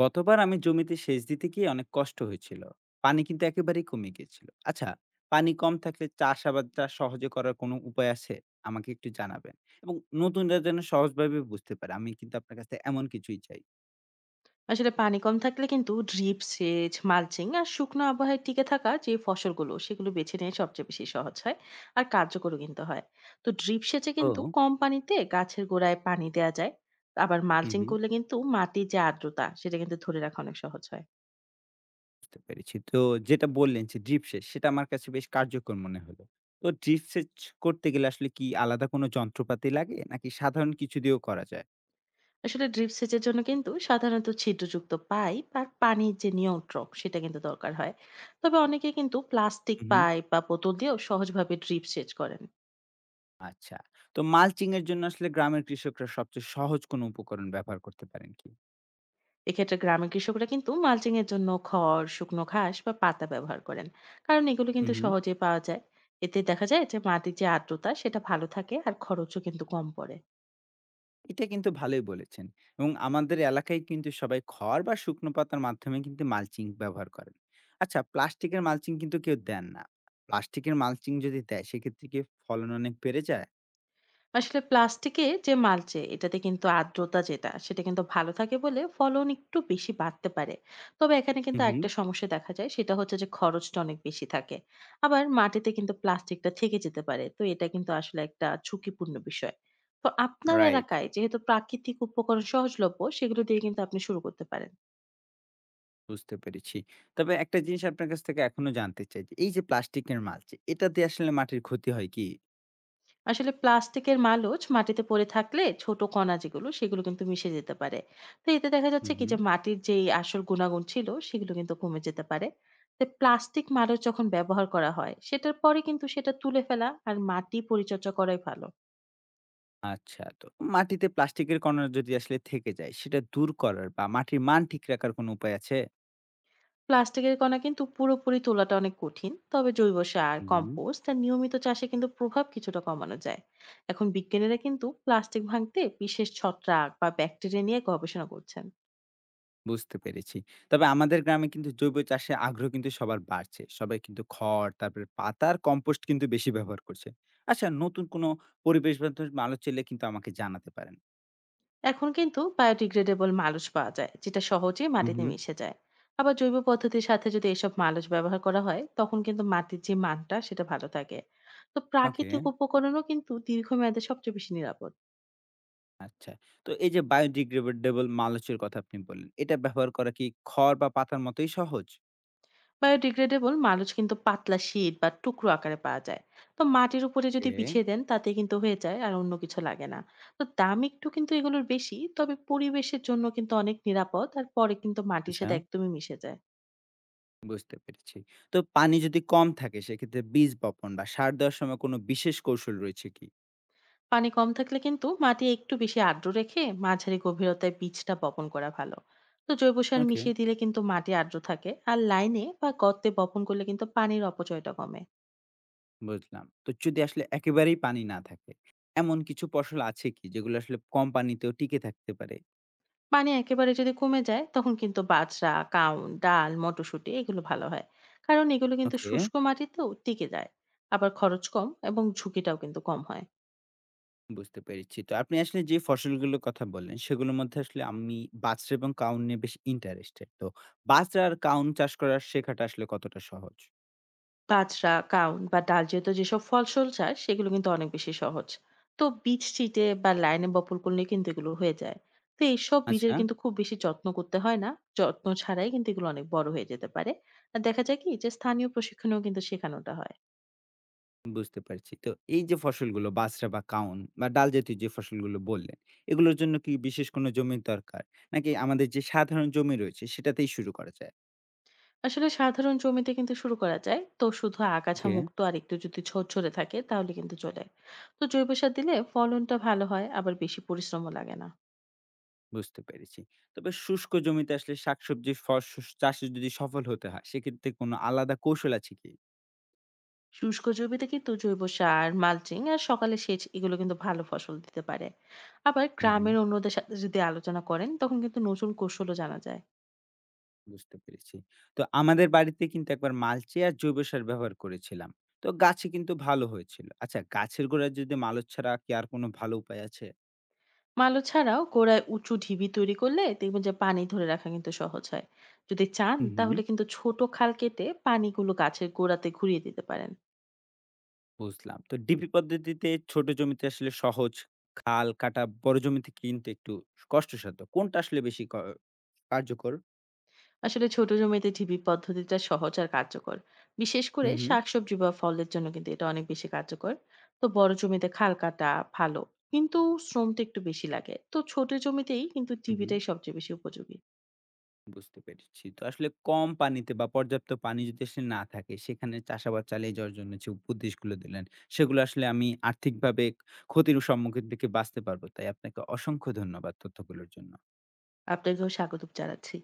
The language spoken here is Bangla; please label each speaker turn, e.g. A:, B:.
A: গতবার আমি জমিতে সেচ দিতে গিয়ে অনেক কষ্ট হয়েছিল। পানি কিন্তু একেবারেই কমে গিয়েছিল। আচ্ছা, পানি কম থাকলে চাষাবাদটা সহজে করার কোনো উপায় আছে, আমাকে একটু জানাবেন। এবং নতুনরা যেন সহজভাবে বুঝতে পারে আমি কিন্তু আপনার কাছে এমন কিছুই চাই।
B: আসলে পানি কম থাকলে কিন্তু ড্রিপ সেচ, মালচিং আর শুকনো আবহাওয়ায় টিকে থাকা যে ফসলগুলো সেগুলো বেছে নেওয়া সবচেয়ে বেশি সহজ হয়, আর কার্যকরও কিন্তু হয়। তো ড্রিপ সেচে
A: তো
B: কিন্তু কম পানিতে গাছের গোড়ায় পানি দেওয়া যায়। আবার
A: হুম
B: মালচিং
A: হুম
B: করলে কিন্তু মাটির যে আর্দ্রতা সেটা কিন্তু ধরে রাখা অনেক সহজ হয়।
A: বুঝতে পেরেছি। তো যেটা বললেন যে ড্রিপ সেচ, সেটা আমার কাছে বেশ কার্যকর মনে হলো। তো ড্রিপ সেচ করতে গেলে আসলে কি আলাদা কোনো যন্ত্রপাতি লাগে, নাকি সাধারণ কিছু দিয়েও করা যায়?
B: আসলে ড্রিপ সেচের জন্য কিন্তু সাধারণত ছিদ্রযুক্ত পাইপ আর পানির যে নিয়ন্ত্রক সেটা কিন্তু দরকার হয়। তবে অনেকে কিন্তু প্লাস্টিক
A: হুম হুম
B: পাইপ বা বোতল দিয়েও সহজভাবে ড্রিপ সেচ করেন।
A: আচ্ছা। তো মালচিং এর জন্য আসলে গ্রামের কৃষকরা সবচেয়ে সহজ কোনো উপকরণ ব্যবহার করতে পারেন কি?
B: এক্ষেত্রে গ্রামের কৃষকরা কিন্তু মালচিং এর জন্য খড়, শুকনো ঘাস বা পাতা ব্যবহার করেন, কারণ এগুলো
A: হুম,
B: কিন্তু
A: হুম।
B: সহজে পাওয়া যায়। এতে দেখা যায় যে মাটির যে আর্দ্রতা সেটা ভালো থাকে, আর খরচও কিন্তু কম পড়ে।
A: এটা কিন্তু ভালোই বলেছেন। এবং আমাদের এলাকায় কিন্তু সবাই খড় বা শুকনো পাতার মাধ্যমে কিন্তু মালচিং ব্যবহার করেন। আচ্ছা, প্লাস্টিকের মালচিং কিন্তু কেউ দেন না। প্লাস্টিকের মালচিং যদি দেয় সেক্ষেত্রে কি ফলন অনেক বেড়ে যায়?
B: আসলে প্লাস্টিকে যে মালচে এটাতে কিন্তু আর্দ্রতা যেটা সেটা কিন্তু ভালো থাকে বলে ফলন একটু বেশি বাড়তে পারে। তবে এখানে কিন্তু
A: হুম, হুম।
B: একটা সমস্যা দেখা যায়, সেটা হচ্ছে যে খরচটা অনেক বেশি থাকে। আবার মাটিতে কিন্তু প্লাস্টিকটা থেকে যেতে পারে, তো এটা কিন্তু আসলে একটা ঝুঁকিপূর্ণ বিষয়। তো আপনার
A: রাইট,
B: এলাকায় যেহেতু প্রাকৃতিক উপকরণ সহজলভ্য, সেগুলো দিয়ে কিন্তু আপনি শুরু করতে পারেন।
A: বুঝতে পেরেছি। তবে একটা জিনিস আপনার কাছ থেকে এখনো জানতে চাই যে, এই যে প্লাস্টিকের মালচিং এটা দিয়ে আসলে মাটির ক্ষতি হয় কি?
B: আসলে প্লাস্টিকের মালচ মাটিতে পড়ে থাকলে ছোট কণা যেগুলো সেগুলো কিন্তু মিশে যেতে পারে। তো এতে দেখা
A: হুম,
B: যাচ্ছে কি
A: হুম।
B: যে মাটির যে আসল গুণাগুণ ছিল সেগুলো কিন্তু কমে যেতে পারে। তো প্লাস্টিক মালচ যখন ব্যবহার করা হয় সেটার পরে কিন্তু সেটা তুলে ফেলা আর মাটি পরিচর্যা করাই ভালো।
A: আচ্ছা, তো মাটিতে প্লাস্টিকের কণা যদি আসলে থেকে যায়, সেটা দূর করার বা মাটির মান ঠিক রাখার কোনো উপায় আছে?
B: প্লাস্টিকের কণা কিন্তু পুরোপুরি তোলাটা অনেক কঠিন, তবে জৈব সার,
A: হুম।
B: কম্পোস্ট আর নিয়মিত চাষে কিন্তু প্রভাব কিছুটা কমানো যায়। এখন বিজ্ঞানীরা কিন্তু প্লাস্টিক ভাঙতে বিশেষ ছত্রাক বা ব্যাকটেরিয়া নিয়ে গবেষণা করছেন।
A: বুঝতে পেরেছি। তবে আমাদের গ্রামে কিন্তু জৈব চাষে আগ্রহ কিন্তু সবার বাড়ছে। সবাই কিন্তু খড়, তারপরে পাতা আর কম্পোস্ট কিন্তু বেশি ব্যবহার করছে। আচ্ছা, নতুন কোনো পরিবেশ বান্ধব আলো চাইলে কিন্তু আমাকে জানাতে পারেন।
B: এখন কিন্তু বায়োডিগ্রেডেবল মালচ পাওয়া যায়, যেটা সহজেই
A: হুম,
B: মাটিতে
A: হুম।
B: মিশে যায়। আবার জৈব পদ্ধতির সাথে যদি এসব মালচ ব্যবহার করা হয় তখন কিন্তু মাটির যে মানটা সেটা ভালো থাকে। তো
A: ওকে,
B: প্রাকৃতিক উপকরণও কিন্তু দীর্ঘমেয়াদে সবচেয়ে বেশি নিরাপদ।
A: আচ্ছা। তো এই যে বায়োডিগ্রেডেবল মালচের কথা আপনি বললেন, এটা ব্যবহার করা কি খড় বা পাতার মতোই সহজ?
B: বায়োডিগ্রেডেবল মালচ কিন্তু পাতলা শীট বা টুকরো আকারে পাওয়া যায়। তো মাটির উপরে যদি
A: এ
B: বিছিয়ে দেন তাতে কিন্তু হয়ে যায়, আর অন্য কিছু লাগে না। তো দাম একটু কিন্তু এগুলোর বেশি, তবে পরিবেশের জন্য কিন্তু অনেক নিরাপদ, আর পরে কিন্তু মাটির
A: আচ্ছা।
B: সাথে একদমই মিশে যায়।
A: বুঝতে পেরেছি। তো পানি যদি কম থাকে সেক্ষেত্রে বীজ বপন বা সার দেওয়ার সময় কোনো বিশেষ কৌশল রয়েছে কি?
B: পানি কম থাকলে কিন্তু মাটি একটু বেশি আর্দ্র রেখে মাঝারি গভীরতায় বীজটা বপন করা ভালো। তো জৈব সার
A: ওকে,
B: মিশিয়ে দিলে কিন্তু মাটি আর্দ্র থাকে, আর লাইনে বা গর্তে বপন করলে কিন্তু পানির অপচয়টা কমে।
A: বুঝলাম। তো যদি আসলে একেবারেই পানি না থাকে, এমন কিছু ফসল আছে কি যেগুলো আসলে কম পানিতেও টিকে থাকতে পারে?
B: পানি একেবারে যদি কমে যায় তখন কিন্তু বাজরা, কাউন, ডাল, মটরশুঁটি এগুলো ভালো হয়, কারণ এগুলো কিন্তু
A: ওকে,
B: শুষ্ক মাটিতেও টিকে যায়। আবার খরচ কম এবং ঝুঁকিটাও কিন্তু কম হয়।
A: বুঝতে পেরেছি। তো আপনি আসলে যে ফসলগুলোর কথা বললেন সেগুলোর মধ্যে আসলে আমি বাজরা এবং কাউন নিয়ে বেশ ইন্টারেস্টেড। তো বাজরা আর কাউন চাষ করার শেখাটা আসলে কতটা সহজ?
B: বাজরা, কাউন বা ডাল জাতীয় যেসব ফসল চাষ সেগুলো কিন্তু অনেক বেশি সহজ। তো বীজ ছিটে বা লাইনে বপন করলে কিন্তু এগুলো হয়ে যায়। তো এইসব বীজের
A: আচ্ছা।
B: কিন্তু খুব বেশি যত্ন করতে হয় না। যত্ন ছাড়াই কিন্তু এগুলো অনেক বড় হয়ে যেতে পারে। আর দেখা যায় কি যে স্থানীয় প্রশিক্ষণেও কিন্তু শেখানোটা হয়।
A: বুঝতে পারছি। তো এই যে ফসলগুলো বাজরা বা কাউন বা ডাল জাতীয় যে ফসলগুলো বললেন, এগুলোর জন্য কি বিশেষ কোনো জমির দরকার? নাকি আমাদের যে সাধারণ জমি রয়েছে সেটাতেই শুরু করা যায়?
B: আসলে সাধারণ জমিতে কিন্তু শুরু করা যায়। তো শুধু আগাছা
A: ওকে,
B: মুক্ত আর একটু যদি ঝরঝরে থাকে তাহলে কিন্তু চলে। তো জৈব সার দিলে ফলনটা ভালো হয়, আবার বেশি পরিশ্রমও লাগে না।
A: বুঝতে পেরেছি। তবে শুষ্ক জমিতে আসলে শাকসবজির ফসস চাষে যদি সফল হতে হয় সেক্ষেত্রে কোনো আলাদা কৌশল আছে কি?
B: শুষ্ক জমিতে কিন্তু জৈব সার, মালচিং আর সকালে সেচ এগুলো কিন্তু ভালো ফসল দিতে পারে। আবার
A: হুম, হুম,
B: গ্রামের অন্যদের সাথে যদি আলোচনা করেন তখন কিন্তু নতুন কৌশলও জানা যায়।
A: বুঝতে পেরেছি। তো আমাদের বাড়িতে কিন্তু একবার মালচিং আর জৈব সার ব্যবহার করেছিলাম। তো গাছে কিন্তু ভালো হয়েছিল। আচ্ছা, গাছের গোড়ায় যদি মালচ ছাড়া কি আর কোনো ভালো উপায় আছে?
B: মালো ছাড়াও গোড়ায় উঁচু ঢিবি তৈরি করলে দেখবেন যে পানি ধরে রাখা কিন্তু সহজ হয়। যদি চান
A: হুম, হুম।
B: তাহলে কিন্তু ছোট খাল কেটে পানিগুলো গাছের গোড়াতে ঘুরিয়ে দিতে পারেন।
A: বুঝলাম। তো ডিপি পদ্ধতিতে ছোট জমিতে আসলে সহজ, খাল কাটা বড় জমিতে কিন্তু একটু কষ্টসাধ্য। কোনটা আসলে বেশি কার্যকর?
B: আসলে ছোট জমিতে ঢিপি পদ্ধতিটা সহজ আর কার্যকর। বিশেষ করে
A: হুম, হুম।
B: শাকসবজি বা ফলের জন্য কিন্তু এটা অনেক বেশি কার্যকর। তো বড় জমিতে খাল কাটা ভালো, কিন্তু শ্রমটা একটু বেশি লাগে, তো ছোট জমিতেই কিন্তু
A: হুম, হুম।
B: ঢিপিটাই সবচেয়ে বেশি উপযোগী।
A: বুঝতে পেরেছি। তো আসলে কম পানিতে বা পর্যাপ্ত পানি যদি আসলে না থাকে, সেখানে চাষাবাদ চালিয়ে যাওয়ার জন্য যে উপদেশগুলো দিলেন, সেগুলো আসলে আমি আর্থিকভাবে ক্ষতির সম্মুখীন থেকে বাঁচতে পারবো। তাই আপনাকে অসংখ্য ধন্যবাদ তথ্যগুলোর জন্য।
B: আপনাকেও স্বাগত জানাচ্ছি।